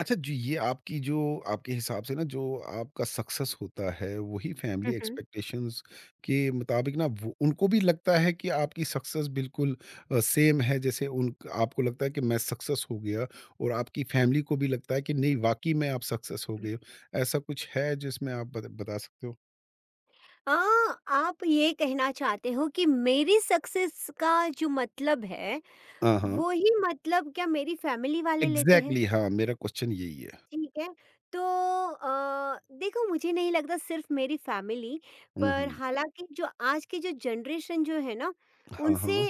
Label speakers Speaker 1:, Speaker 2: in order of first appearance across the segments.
Speaker 1: अच्छा जी, ये आपकी जो आपके हिसाब से ना जो आपका सक्सेस होता है, वही फैमिली
Speaker 2: हुँ, हुँ।
Speaker 1: एक्सपेक्टेशंस के मुताबिक ना वो उनको भी लगता है कि आपकी सक्सेस बिल्कुल सेम है जैसे उन आपको लगता है कि मैं सक्सेस हो गया और आपकी फैमिली को भी लगता है कि नहीं वाक़ई में आप सक्सेस हो गए हो। ऐसा कुछ है जिसमें आप बत बता सकते हो?
Speaker 2: अ, आप ये कहना चाहते हो कि मेरी सक्सेस का जो मतलब है,
Speaker 1: हाँ, हाँ।
Speaker 2: वो ही मतलब क्या मेरी फैमिली वाले लेते हैं,
Speaker 1: एग्ज़ैक्टली हाँ, मेरा क्वेश्चन यही है।
Speaker 2: ठीक है। तो देखो मुझे नहीं लगता सिर्फ मेरी फैमिली
Speaker 1: हुँ,
Speaker 2: पर।
Speaker 1: हुँ।
Speaker 2: हालाँकि जो आज की जो जनरेशन जो है ना,
Speaker 1: हाँ,
Speaker 2: उनसे
Speaker 1: हाँ।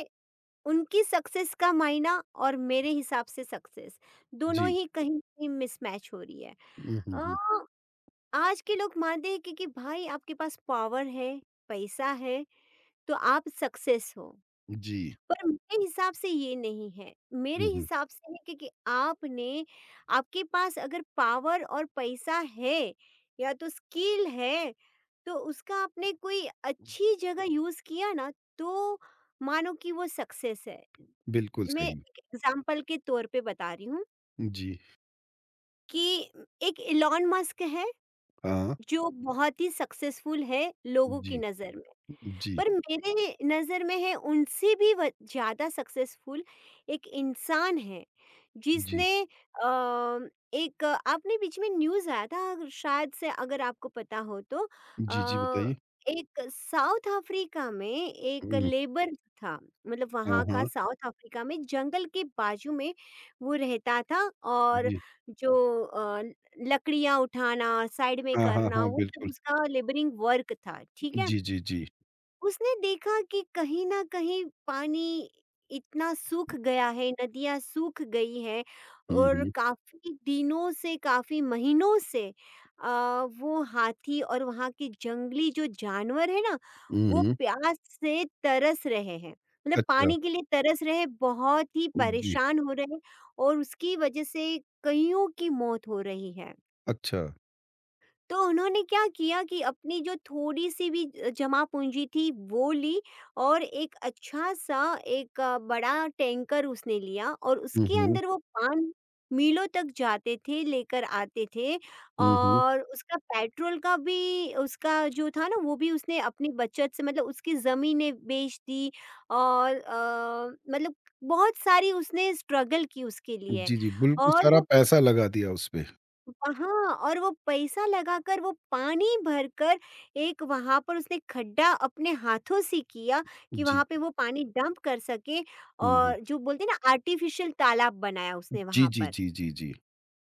Speaker 2: उनकी सक्सेस का मायना और मेरे हिसाब से सक्सेस, दोनों
Speaker 1: जी।
Speaker 2: ही कहीं न कहीं मिसमैच हो रही है।
Speaker 1: हुँ, हुँ,
Speaker 2: अ,
Speaker 1: हुँ।
Speaker 2: आज के लोग मानते हैं कि भाई आपके पास पावर है, पैसा है तो आप सक्सेस हो।
Speaker 1: जी।
Speaker 2: पर मेरे हिसाब से ये नहीं है। मेरे
Speaker 1: हुँ, हुँ।
Speaker 2: हिसाब से है कि आपने आपके पास अगर पावर और पैसा है या तो स्किल है, तो उसका आपने कोई अच्छी जगह यूज़ किया ना तो मानो कि वो सक्सेस है।
Speaker 1: बिल्कुल
Speaker 2: मैं
Speaker 1: सही।
Speaker 2: एक एग्ज़ाम्पल के तौर पे बता रही हूँ
Speaker 1: जी।
Speaker 2: कि एक इलॉन मस्क है
Speaker 1: हाँ।
Speaker 2: जो बहुत ही सक्सेसफुल है लोगों की
Speaker 1: जी,
Speaker 2: नज़र में।
Speaker 1: जी।
Speaker 2: पर मेरे नज़र में है उनसे भी ज़्यादा सक्सेसफुल एक इंसान है
Speaker 1: जी।
Speaker 2: जिसने एक आपने बीच में न्यूज़ आया था शायद से अगर आपको पता हो तो।
Speaker 1: जी, जी,
Speaker 2: अ,
Speaker 1: बताइए।
Speaker 2: एक साउथ अफ्रीका में एक
Speaker 1: हुँ,
Speaker 2: लेबर था, मतलब
Speaker 1: हाँ,
Speaker 2: वहाँ का
Speaker 1: हाँ।
Speaker 2: साउथ अफ्रीका में जंगल के बाजू में वो रहता था और
Speaker 1: जी।
Speaker 2: जो अ, लकड़ियाँ उठाना, साइड में
Speaker 1: हाँ, हाँ,
Speaker 2: करना,
Speaker 1: हाँ,
Speaker 2: वो सब
Speaker 1: बिल्कुल।
Speaker 2: उसका लेबरिंग वर्क था, ठीक है।
Speaker 1: जी, जी, जी।
Speaker 2: उसने देखा कि कहीं न कहीं पानी इतना सूख गया है, नदियाँ सूख गई हैं,
Speaker 1: हुँ,
Speaker 2: और
Speaker 1: हुँ।
Speaker 2: काफ़ी दिनों से, काफ़ी महीनों से अ, वो हाथी और वहाँ के जंगली जो जानवर हैं ना,
Speaker 1: हुँ,
Speaker 2: वो
Speaker 1: हुँ।
Speaker 2: प्यास से तरस रहे हैं। मतलब
Speaker 1: अच्छा।
Speaker 2: पानी के लिए तरस रहे, बहुत ही
Speaker 1: जी,
Speaker 2: परेशान हो रहे हैं, और उसकी वजह से कईयों की मौत हो रही है।
Speaker 1: अच्छा।
Speaker 2: तो उन्होंने क्या किया कि अपनी जो थोड़ी-सी भी जमा पूँजी थी वो ली, और एक अच्छा-सा बड़ा टैंकर उसने लिया, और
Speaker 1: हुँ,
Speaker 2: उसके
Speaker 1: हुँ।
Speaker 2: अंदर वो पान मीलों तक जाते थे, लेकर आते थे।
Speaker 1: हुँ, हुँ।
Speaker 2: और उसका पेट्रोल का भी उसका जो था ना, वो भी उसने अपनी बचत से, मतलब उसकी ज़मीनें बेच दी, और मतलब बहुत सारी उसने स्ट्रगल की उसके लिए।
Speaker 1: जी, जी, बिल्कुल
Speaker 2: और
Speaker 1: सारा
Speaker 2: वो
Speaker 1: पैसा लगा दिया उसपे।
Speaker 2: वहाँ और वो पैसा लगाकर, वो पानी भरकर, एक वहाँ पर उसने खड्डा अपने हाथों से किया कि
Speaker 1: जी,
Speaker 2: वहाँ पे
Speaker 1: जी।
Speaker 2: वो पानी डंप कर सके,
Speaker 1: हुँ, हुँ।
Speaker 2: और जो बोलते हैं ना आर्टिफिशियल तालाब बनाया उसने
Speaker 1: जी,
Speaker 2: वहाँ
Speaker 1: जी,
Speaker 2: पर।
Speaker 1: जी, जी, जी।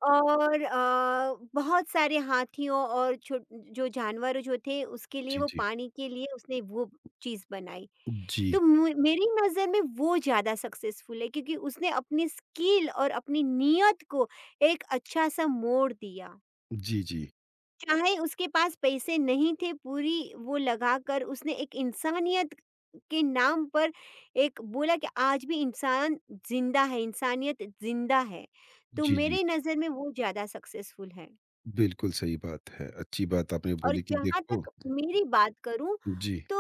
Speaker 2: और बहुत सारे हाथियों और छो जो जानवर जो थे उसके लिए,
Speaker 1: जी,
Speaker 2: वो
Speaker 1: जी।
Speaker 2: पानी के लिए उसने वो चीज़ बनाई।
Speaker 1: जी।
Speaker 2: तो मु मेरी नज़र में वो ज़्यादा सक्सेसफुल है क्योंकि उसने अपनी स्किल और अपनी नियत को एक अच्छा-सा मोड़ दिया।
Speaker 1: जी, जी।
Speaker 2: चाहे उसके पास पैसे नहीं थे, पूरी वो लगाकर उसने एक इंसानियत के नाम पर एक बोला कि आज भी इंसान जिंदा है, इंसानियत जिंदा है। तो
Speaker 1: जी, जी।
Speaker 2: मेरे नज़र में वो ज़्यादा सक्सेसफुल है।
Speaker 1: बिल्कुल सही बात है। अच्छी बात आपने
Speaker 2: और
Speaker 1: बोली कि
Speaker 2: जहाँ
Speaker 1: देखो
Speaker 2: तक मेरी बात करूँ,
Speaker 1: जी।
Speaker 2: तो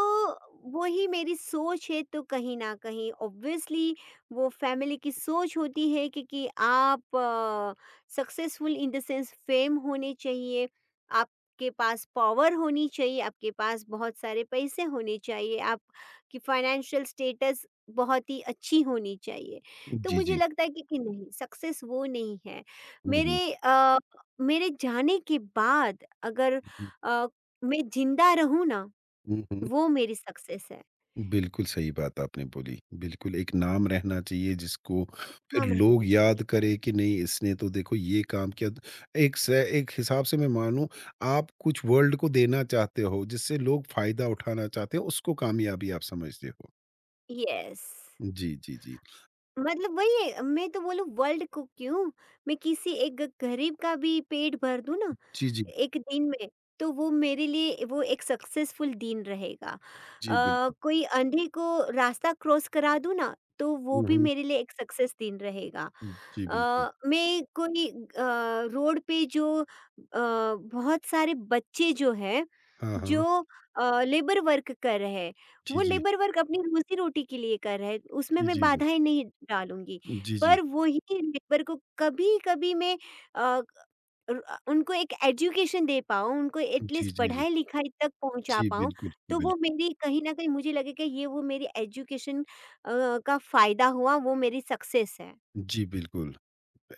Speaker 2: वही मेरी सोच है। तो कहीं न कहीं ऑब्वियसली वो फैमिली की सोच होती है कि आप successful in the sense fame होने चाहिए, आपके पास पॉवर होनी चाहिए, आपके पास बहुत सारे पैसे होने चाहिए, आपकी फ़ाइनेंशियल स्टेटस बहुत ही अच्छी होनी चाहिए। तो
Speaker 1: जी,
Speaker 2: मुझे
Speaker 1: जी।
Speaker 2: लगता है कि नहीं, सक्सेस वो नहीं है।
Speaker 1: हुँ,
Speaker 2: मेरे
Speaker 1: हुँ।
Speaker 2: अ, मेरे जाने के बाद अगर अ, मैं जिंदा रहूँ ना,
Speaker 1: हुँ, हुँ।
Speaker 2: वो मेरी सक्सेस है।
Speaker 1: बिल्कुल सही बात आपने बोली। बिल्कुल एक नाम रहना चाहिए जिसको फिर
Speaker 2: हम
Speaker 1: लोग
Speaker 2: रहना चाहिए।
Speaker 1: याद करें कि नहीं इसने तो देखो ये काम किया। एक हिसाब से मैं मानूँ आप कुछ वर्ल्ड को देना चाहते हो जिससे लोग फ़ायदा उठाना चाहते हो उसको कामयाबी आप समझते हो।
Speaker 2: यस।
Speaker 1: जी, जी, जी।
Speaker 2: मतलब वही है, मैं तो बोलूँ वर्ल्ड को क्यों, मैं किसी एक गरीब का भी पेट भर दूँ ना,
Speaker 1: जी, जी।
Speaker 2: एक दिन में, तो वो मेरे लिए वो एक सक्सेसफुल दिन रहेगा।
Speaker 1: जी, बिल्कुल।
Speaker 2: कोई अंधे को रास्ता क्रॉस करा दूँ ना, तो वो
Speaker 1: हुँ,
Speaker 2: भी
Speaker 1: हुँ।
Speaker 2: मेरे लिए एक सक्सेस दिन रहेगा।
Speaker 1: जी, बिल्कुल।
Speaker 2: मैं कोई रोड पे जो बहुत सारे बच्चे जो हैं,
Speaker 1: हाँ, हाँ।
Speaker 2: जो लेबर वर्क कर रहे हैं,
Speaker 1: जी,
Speaker 2: वो
Speaker 1: जी।
Speaker 2: लेबर वर्क अपनी रोज़ी-रोटी के लिए कर रहा है, उसमें
Speaker 1: जी,
Speaker 2: मैं
Speaker 1: जी, जी।
Speaker 2: बाधाएँ नहीं डालूँगी।
Speaker 1: जी, जी।
Speaker 2: पर वो ही लेबर को कभी-कभी मैं अ, उनको एक एजुकेशन दे पाऊँ, उनको एट
Speaker 1: जी,
Speaker 2: लीस्ट
Speaker 1: जी, जी।
Speaker 2: पढ़ाई-लिखाई तक पहुँचा
Speaker 1: जी,
Speaker 2: पाऊँ,
Speaker 1: बिल्कुल,
Speaker 2: तो वो
Speaker 1: बिल्कुल।
Speaker 2: मेरी कहीं न कहीं मुझे लगेगा ये वो मेरी एजुकेशन का फ़ायदा हुआ, वो मेरी सक्सेस है।
Speaker 1: जी, बिल्कुल।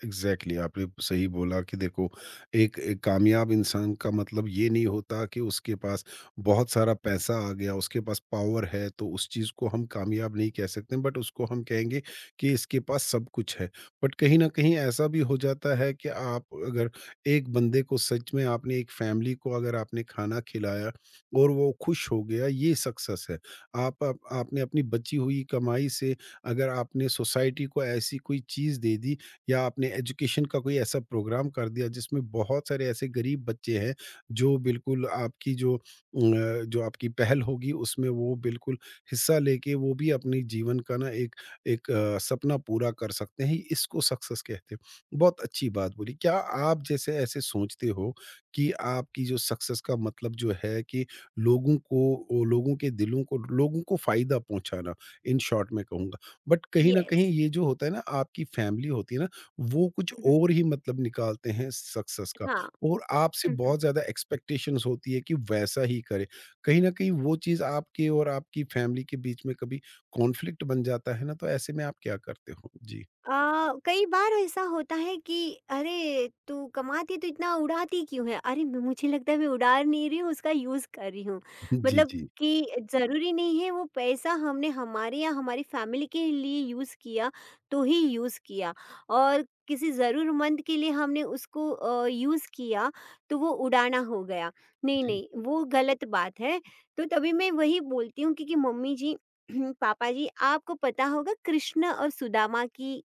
Speaker 1: एग्जैक्टली exactly, आपने सही बोला कि देखो एक, एक कामयाब इंसान का मतलब ये नहीं होता कि उसके पास बहुत सारा पैसा आ गया उसके पास पावर है तो उस चीज़ को हम कामयाब नहीं कह सकते बट उसको हम कहेंगे कि इसके पास सब कुछ है बट कहीं ना कहीं ऐसा भी हो जाता है कि आप अगर एक बंदे को सच में आपने एक फैमिली को अगर आपने खाना खिलाया और वो खुश हो गया ये सक्सेस है। आप आपने अपनी बची हुई कमाई से अगर आपने सोसाइटी को ऐसी कोई चीज़ दे दी या आपने एजुकेशन का कोई ऐसा प्रोग्राम कर दिया जिसमें बहुत सारे ऐसे गरीब बच्चे हैं जो बिल्कुल आपकी जो जो आपकी पहल होगी उसमें वो बिल्कुल हिस्सा लेके वो भी अपने जीवन का ना एक एक अ, सपना पूरा कर सकते हैं। इसको सक्सेस कहते हैं। बहुत अच्छी बात बोली। क्या आप जैसे ऐसे सोचते हो कि आपकी जो सक्सेस का मतलब जो है कि लोगों को वो लोगों के दिलों को लोगों को फायदा पहुंचाना इन शॉर्ट में कहूंगा। बट कहीं ना कहीं
Speaker 2: येस।
Speaker 1: ये जो होता है ना आपकी फैमिली होती है ना वो कुछ
Speaker 2: हुँ, हुँ।
Speaker 1: और ही मतलब निकालते हैं सक्सेस का
Speaker 2: हाँ।
Speaker 1: और आपसे बहुत ज़्यादा एक्सपेक्टेशंस होती है कि वैसा ही करें। कहीं न कहीं वो चीज़ आपके और आपकी फैमिली के बीच में कभी कॉन्फ्लिक्ट बन जाता है ना, तो ऐसे में आप क्या करते हो? जी।
Speaker 2: कई बार ऐसा होता है कि अरे तू कमाती तो इतना उड़ाती क्यों है। अरे, मुझे लगता है मैं उड़ा नहीं रही हूँ, उसका यूज कर रही हूँ।
Speaker 1: जी,
Speaker 2: मतलब
Speaker 1: जी।
Speaker 2: कि जरूरी नहीं है वो पैसा हमने हमारे या हमारी फैमिली के लिए यूज किया तो ही यूज किया, और किसी जरूरतमंद के लिए हमने उसको यूज किया तो वो उड़ाना हो गया। नहीं
Speaker 1: जी।
Speaker 2: नहीं, वो गलत बात है। तो तभी मैं वही बोलती हूँ क्योंकि मम्मी जी पापा जी, आपको पता होगा कृष्ण और सुदामा की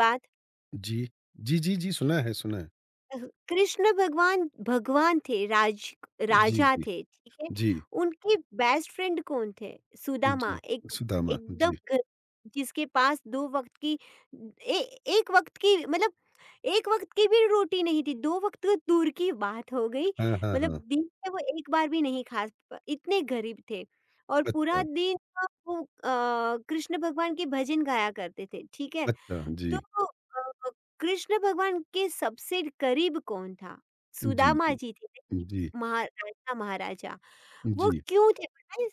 Speaker 2: बात।
Speaker 1: जी। जी, जी, जी, सुना है, सुना है।
Speaker 2: अ, कृष्ण भगवान भगवान थे,
Speaker 1: जी,
Speaker 2: राजा
Speaker 1: जी।
Speaker 2: थे, ठीक है?
Speaker 1: जी।
Speaker 2: उनके बेस्ट फ्रेंड कौन थे?
Speaker 1: जी।
Speaker 2: सुदामा। एक
Speaker 1: सुदामा,
Speaker 2: एकदम
Speaker 1: जी।
Speaker 2: ग जिसके पास 2 वक़्त की ए 1 वक़्त की, मतलब 1 वक़्त की भी रोटी नहीं थी, 2 वक़्त तो दूर की बात हो गई।
Speaker 1: हाँ, हाँ,
Speaker 2: मतलब
Speaker 1: हाँ।
Speaker 2: दिन में वो एक बार भी नहीं खा प इतने गरीब थे, और पूरा
Speaker 1: अच्छा,
Speaker 2: दिन वो कृष्ण भगवान के भजन गाया करते थे, ठीक है?
Speaker 1: अच्छा।
Speaker 2: तो
Speaker 1: जी।
Speaker 2: अ, कृष्ण भगवान के सबसे करीब कौन था?
Speaker 1: जी,
Speaker 2: सुदामा
Speaker 1: जी।
Speaker 2: जी थे।
Speaker 1: जी।
Speaker 2: महाराजा, महाराजा। वो
Speaker 1: जी।
Speaker 2: क्यों थे पता है?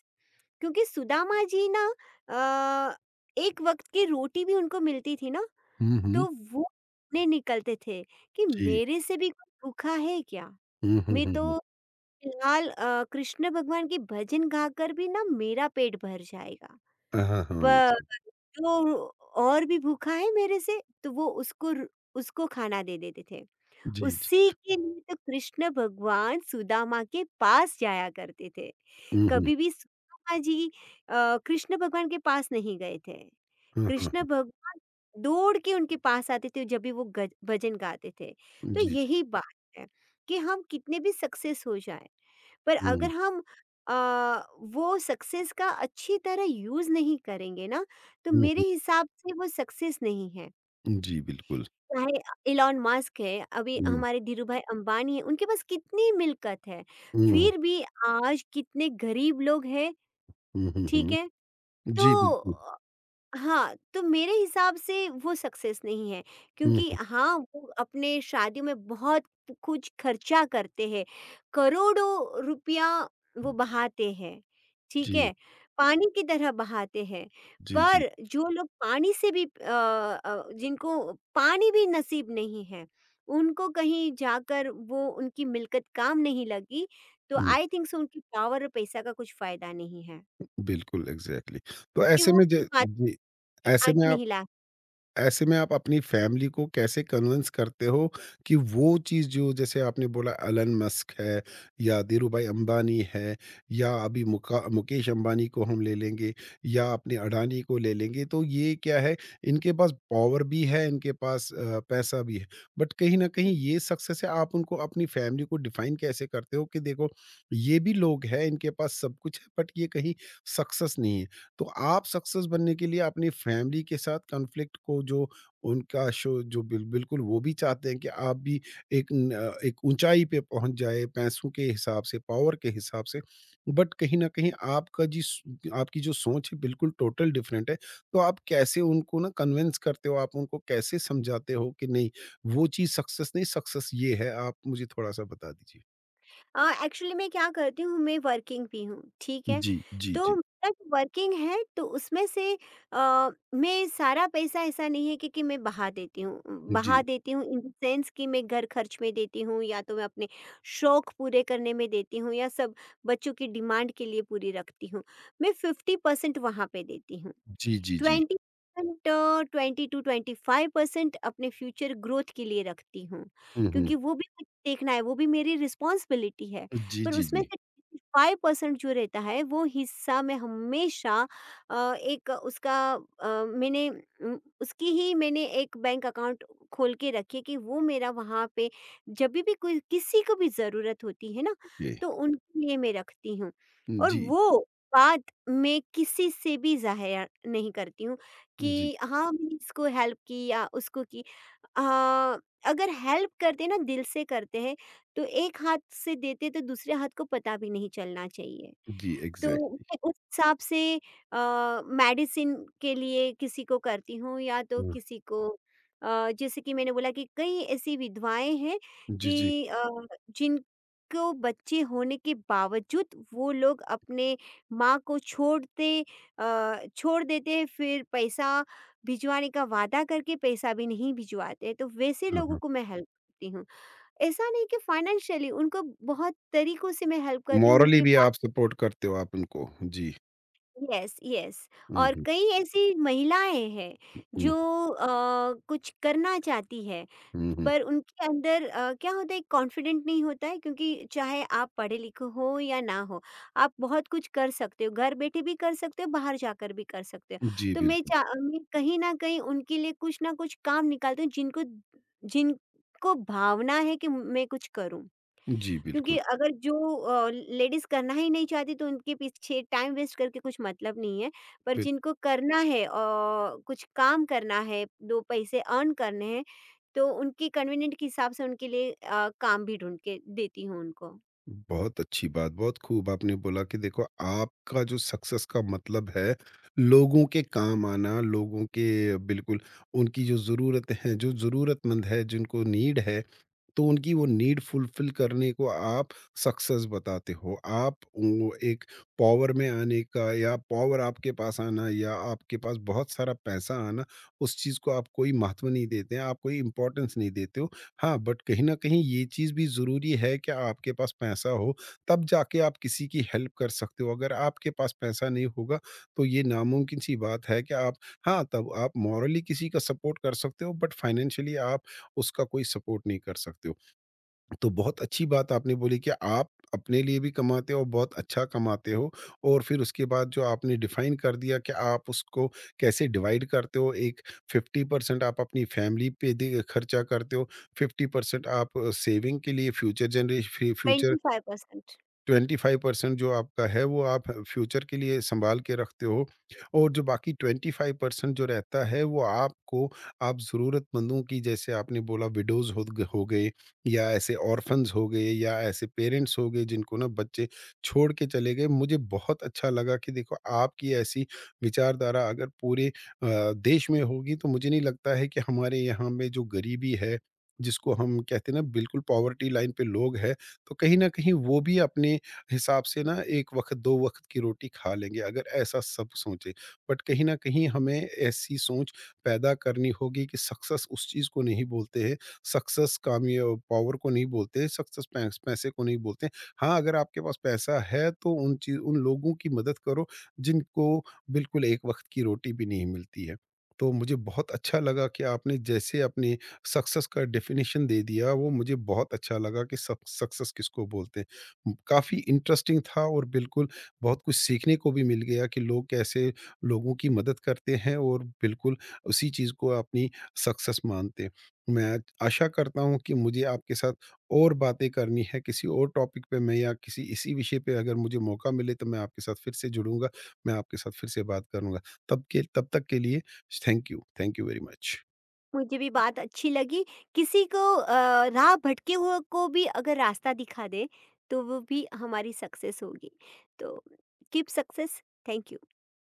Speaker 2: क्योंकि सुदामा जी ना अ, एक वक़्त की रोटी भी उनको मिलती थी ना,
Speaker 1: हुँ, हुँ।
Speaker 2: तो वो ने निकलते थे कि
Speaker 1: जी।
Speaker 2: मेरे से भी कोई भूखा है क्या?
Speaker 1: हुँ, हुँ,
Speaker 2: मैं
Speaker 1: हुँ, हुँ।
Speaker 2: तो फिलहाल कृष्ण भगवान के भजन गाकर भी ना मेरा पेट भर जाएगा।
Speaker 1: हाँ, हाँ।
Speaker 2: पर
Speaker 1: हाँ,
Speaker 2: जो और भी भूखा है मेरे से, तो वो उसको उसको खाना दे देते थे।
Speaker 1: जी, जी।
Speaker 2: उसी के लिए तो कृष्ण भगवान सुदामा के पास जाया करते थे,
Speaker 1: हुँ, हुँ।
Speaker 2: कभी भी सुदामा जी कृष्ण भगवान के पास नहीं गए थे।
Speaker 1: हाँ,
Speaker 2: कृष्ण
Speaker 1: हाँ।
Speaker 2: भगवान दौड़ के उनके पास आते थे जब भी वो गज भजन गाते थे। तो
Speaker 1: जी, जी।
Speaker 2: यही बात है कि हम कितने भी सक्सेस हो जाएँ, पर
Speaker 1: हुँ,
Speaker 2: अगर हम अ, वो सक्सेस का अच्छी तरह यूज़ नहीं करेंगे ना, तो
Speaker 1: हुँ,
Speaker 2: मेरे
Speaker 1: हुँ,
Speaker 2: हिसाब से वो सक्सेस नहीं है।
Speaker 1: हुँ। जी, बिल्कुल।
Speaker 2: चाहे इलॉन मस्क है, अभी
Speaker 1: हुँ,
Speaker 2: हमारे धीरूभाई अंबानी है, उनके पास कितनी मिल्कत है,
Speaker 1: हुँ,
Speaker 2: फिर भी आज कितने गरीब लोग हैं,
Speaker 1: हुँ, हुँ,
Speaker 2: ठीक
Speaker 1: हुँ।
Speaker 2: है?
Speaker 1: जी,
Speaker 2: तो
Speaker 1: बिल्कुल।
Speaker 2: अ, हाँ, तो मेरे हिसाब से वो सक्सेस नहीं है,
Speaker 1: हुँ,
Speaker 2: क्योंकि
Speaker 1: हुँ।
Speaker 2: हाँ, वो अपने शादियों में बहुत कुछ खर्चा करते हैं, करोड़ों रुपया वो बहाते हैं, ठीक
Speaker 1: जी,
Speaker 2: है? पानी की तरह बहाते हैं,
Speaker 1: जी, जी।
Speaker 2: पर जो लोग पानी से भी जिनको पानी भी नसीब नहीं है, उनको कहीं जाकर वो उनकी मिल्कत काम नहीं लगी, तो
Speaker 1: हुँ,
Speaker 2: आई थिंक सो उनकी पावर और पैसा का कुछ फ़ायदा नहीं है,
Speaker 1: बिल्कुल एग्ज़ैक्टली। तो
Speaker 2: कि
Speaker 1: ऐसे
Speaker 2: वो
Speaker 1: में
Speaker 2: उसकी
Speaker 1: ज जी, ऐसे में
Speaker 2: आगे
Speaker 1: आप
Speaker 2: नहीं ला।
Speaker 1: ऐसे में आप अपनी फैमिली को कैसे कन्विंस करते हो कि वो चीज़ जो जैसे आपने बोला एलन मस्क है या धीरूभाई अंबानी है या अभी मुका मुकेश अंबानी को हम ले लेंगे या अपने अडानी को ले लेंगे तो ये क्या है इनके पास पावर भी है इनके पास पैसा भी है बट कहीं ना कहीं
Speaker 2: हुँ।
Speaker 1: ये सक्सेस है। आप उनको अपनी फैमिली को डिफाइन कैसे करते हो कि देखो ये भी लोग हैं इनके पास सब कुछ है बट ये कहीं सक्सेस नहीं है। तो आप सक्सेस बनने के लिए अपनी फैमिली के साथ कॉन्फ्लिक्ट को जो उनका शो जो बिल्कुल वो भी चाहते हैं कि आप भी एक न- अ, एक ऊंचाई पे पहुंच जाए पैसों के हिसाब से पावर के हिसाब से। बट कहीं ना कहीं आपकी जो सोच है बिल्कुल टोटल डिफरेंट है। तो आप कैसे उनको ना कन्विंस करते हो आप उनको कैसे समझाते हो कि नहीं वो चीज़ सक्सेस नहीं, सक्सेस ये है आप मुझे थोड़ा सा बता दीजिए।
Speaker 2: एक्चुअली मैं क्या करती हूँ, मैं वर्किंग भी हूँ, ठीक है?
Speaker 1: जी जी
Speaker 2: तो
Speaker 1: जी
Speaker 2: मेरा जो वर्किंग है तो उसमें से मैं सारा पैसा ऐसा नहीं है कि मैं बहा देती हूँ। बहा
Speaker 1: जी
Speaker 2: देती हूँ इन द सेंस कि मैं घर खर्च में देती हूँ, या तो मैं अपने शौक पूरे करने में देती हूँ, या सब बच्चों की डिमांड के लिए पूरी रखती हूँ। मैं 50% वहाँ पे देती हूँ।
Speaker 1: जी जी जी।
Speaker 2: ट्वेंटी 20-25% अपने फ्यूचर ग्रोथ के लिए रखती हूँ,
Speaker 1: हम्म।
Speaker 2: क्योंकि वो भी मुझे देखना है, वो भी मेरी रिस्पॉन्सिबिलिटी है।
Speaker 1: जी
Speaker 2: पर
Speaker 1: जी
Speaker 2: उसमें
Speaker 1: जी।
Speaker 2: से फाइव परसेंट जो रहता है वो हिस्सा मैं हमेशा मैंने उसकी ही मैंने एक बैंक अकाउंट खोल के रखी है कि वो मेरा वहाँ पे जब भी कोई किसी को भी ज़रूरत होती है ना,
Speaker 1: ओके।
Speaker 2: तो उनके लिए मैं रखती हूँ। और
Speaker 1: जी
Speaker 2: वो बाद मैं किसी से भी ज़ाहिर नहीं करती हूँ कि
Speaker 1: जी,
Speaker 2: हाँ मैंने इसको हेल्प की या उसको की। अ, अगर हेल्प करते हैं ना, दिल से करते हैं, तो एक हाथ से देते तो दूसरे हाथ को पता भी नहीं चलना चाहिए।
Speaker 1: जी,
Speaker 2: तो
Speaker 1: एग्ज़ैक्ट।
Speaker 2: मैं उस हिसाब से मेडिसिन के लिए किसी को करती हूँ, या तो
Speaker 1: हुँ,
Speaker 2: किसी को जैसे कि मैंने बोला कि कई ऐसी विधवाएं हैं
Speaker 1: जी,
Speaker 2: कि
Speaker 1: जी,
Speaker 2: जिनको बच्चे होने के बावजूद वो लोग अपने माँ को छोड़ देते हैं, फिर पैसा भिजवाने का वादा करके पैसा भी नहीं भिजवाते, तो वैसे
Speaker 1: हाँ,
Speaker 2: लोगों
Speaker 1: हाँ।
Speaker 2: को मैं हेल्प करती हूँ। ऐसा नहीं कि फाइनेंशियली उनको, बहुत तरीकों से मैं हेल्प करती हूँ
Speaker 1: मॉरली
Speaker 2: उनके।
Speaker 1: भी आप सपोर्ट करते हो आप उनको, जी।
Speaker 2: Yes yes.
Speaker 1: हुँ,
Speaker 2: और
Speaker 1: हुँ,
Speaker 2: कई ऐसी महिलाएं हैं
Speaker 1: हुँ,
Speaker 2: जो अ, कुछ करना चाहती है,
Speaker 1: हुँ, हुँ।
Speaker 2: पर उनके अंदर क्या होता है कॉन्फिडेंट नहीं होता है, क्योंकि चाहे आप पढ़े लिखे हो या ना हो, आप बहुत कुछ कर सकते हो, घर बैठे भी कर सकते हो, बाहर जाकर भी कर सकते हो।
Speaker 1: जी,
Speaker 2: तो
Speaker 1: बिल्कुल।
Speaker 2: मैं कहीं ना कहीं उनके लिए कुछ ना कुछ काम निकालती हूँ, जिनको जिनको भावना है कि मैं कुछ करूँ।
Speaker 1: जी, बिल्कुल।
Speaker 2: क्योंकि अगर जो लेडीज़ करना ही नहीं चाहती, तो उनके पीछे टाइम वेस्ट करके कुछ मतलब नहीं है। पर
Speaker 1: बिल्कुल।
Speaker 2: जिनको करना है कुछ काम करना है, 2 पैसे अर्न करने हैं, तो उनके कन्वीनिएंट के हिसाब से उनके लिए काम भी ढूँढ के देती हूँ उनको।
Speaker 1: बहुत अच्छी बात, बहुत खूब आपने बोला कि देखो आपका जो सक्सेस का मतलब है, लोगों के काम आना, लोगों के बिल्कुल उनकी जो ज़रूरत है, जो ज़रूरतमंद है, जिनको नीड है, तो उनकी वो नीड फुलफ़िल करने को आप सक्सेस बताते हो। आप वो एक पॉवर में आने का या पॉवर आपके पास आना या आपके पास बहुत सारा पैसा आना, उस चीज़ को आप कोई महत्व नहीं देते हैं, आप कोई इम्पोर्टेंस नहीं देते हो। हाँ, बट कहीं न कहीं ये चीज़ भी ज़रूरी है कि आपके पास पैसा हो, तब जाके आप किसी की हेल्प कर सकते हो। अगर आपके पास पैसा नहीं होगा, तो ये नामुमकिन सी बात है कि आप। हाँ, तब आप मॉरली किसी का सपोर्ट कर सकते हो बट फाइनेंशियली आप उसका कोई सपोर्ट नहीं कर सकते हो। तो बहुत अच्छी बात आपने बोली कि आप अपने लिए भी कमाते हो बहुत अच्छा कमाते हो और फिर उसके बाद जो आपने डिफाइन कर दिया कि आप उसको कैसे डिवाइड करते हो। एक 50% आप अपनी फैमिली पे दे खर्चा करते हो, 50% आप सेविंग के लिए फ्यूचर जनरेशन फ्यूचर।
Speaker 2: 25%।
Speaker 1: 25% जो आपका है वो आप फ्यूचर के लिए सँभाल के रखते हो और जो बाकी 25% जो रहता है वो आपको आप ज़रूरतमंदों की जैसे आपने बोला विडोज़ हो गए या ऐसे ऑर्फन्स हो गए या ऐसे पेरेंट्स हो गए जिनको ना बच्चे छोड़ के चले गए। मुझे बहुत अच्छा लगा कि देखो आपकी ऐसी विचारधारा अगर पूरे देश में होगी तो मुझे नहीं लगता है कि हमारे यहाँ में जो गरीबी है, जिसको हम कहते हैं ना बिल्कुल पॉवर्टी लाइन पे लोग हैं, तो कहीं न कहीं वो भी अपने हिसाब से ना एक वक़्त, दो वक़्त की रोटी खा लेंगे, अगर ऐसा सब सोचें। बट कहीं न कहीं हमें ऐसी सोच पैदा करनी होगी कि सक्सेस उस चीज़ को नहीं बोलते हैं, सक्सेस कामया पावर को नहीं बोलते हैं, सक्सेस पैसे को नहीं बोलते हैं। हाँ, अगर आपके पास पैसा है तो उन लोगों की मदद करो जिनको बिल्कुल एक वक़्त की रोटी भी नहीं मिलती है। तो मुझे बहुत अच्छा लगा कि आपने जैसे अपने सक्सेस का डेफ़िनेशन दे दिया, वो मुझे बहुत अच्छा लगा कि सक सक्सेस किसको बोलते हैं। काफ़ी इंटरेस्टिंग था और बिल्कुल बहुत कुछ सीखने को भी मिल गया कि लोग कैसे लोगों की मदद करते हैं और बिल्कुल उसी चीज़ को अपनी सक्सेस मानते हैं। मैं आशा करता हूँ कि मुझे आपके साथ और बातें करनी है किसी और टॉपिक पे मैं या किसी इसी विषय पे अगर मुझे मौका मिले तो मैं आपके साथ फिर से जुड़ूँगा, मैं आपके साथ फिर से बात करूँगा। तब तक के लिए थैंक यू वेरी मच।
Speaker 2: मुझे भी बात अच्छी लगी। किसी को राह भटके हुए को भी अगर रास्ता दिखा दे, तो वो भी हमारी सक्सेस होगी। तो कीप सक्सेस, थैंक यू।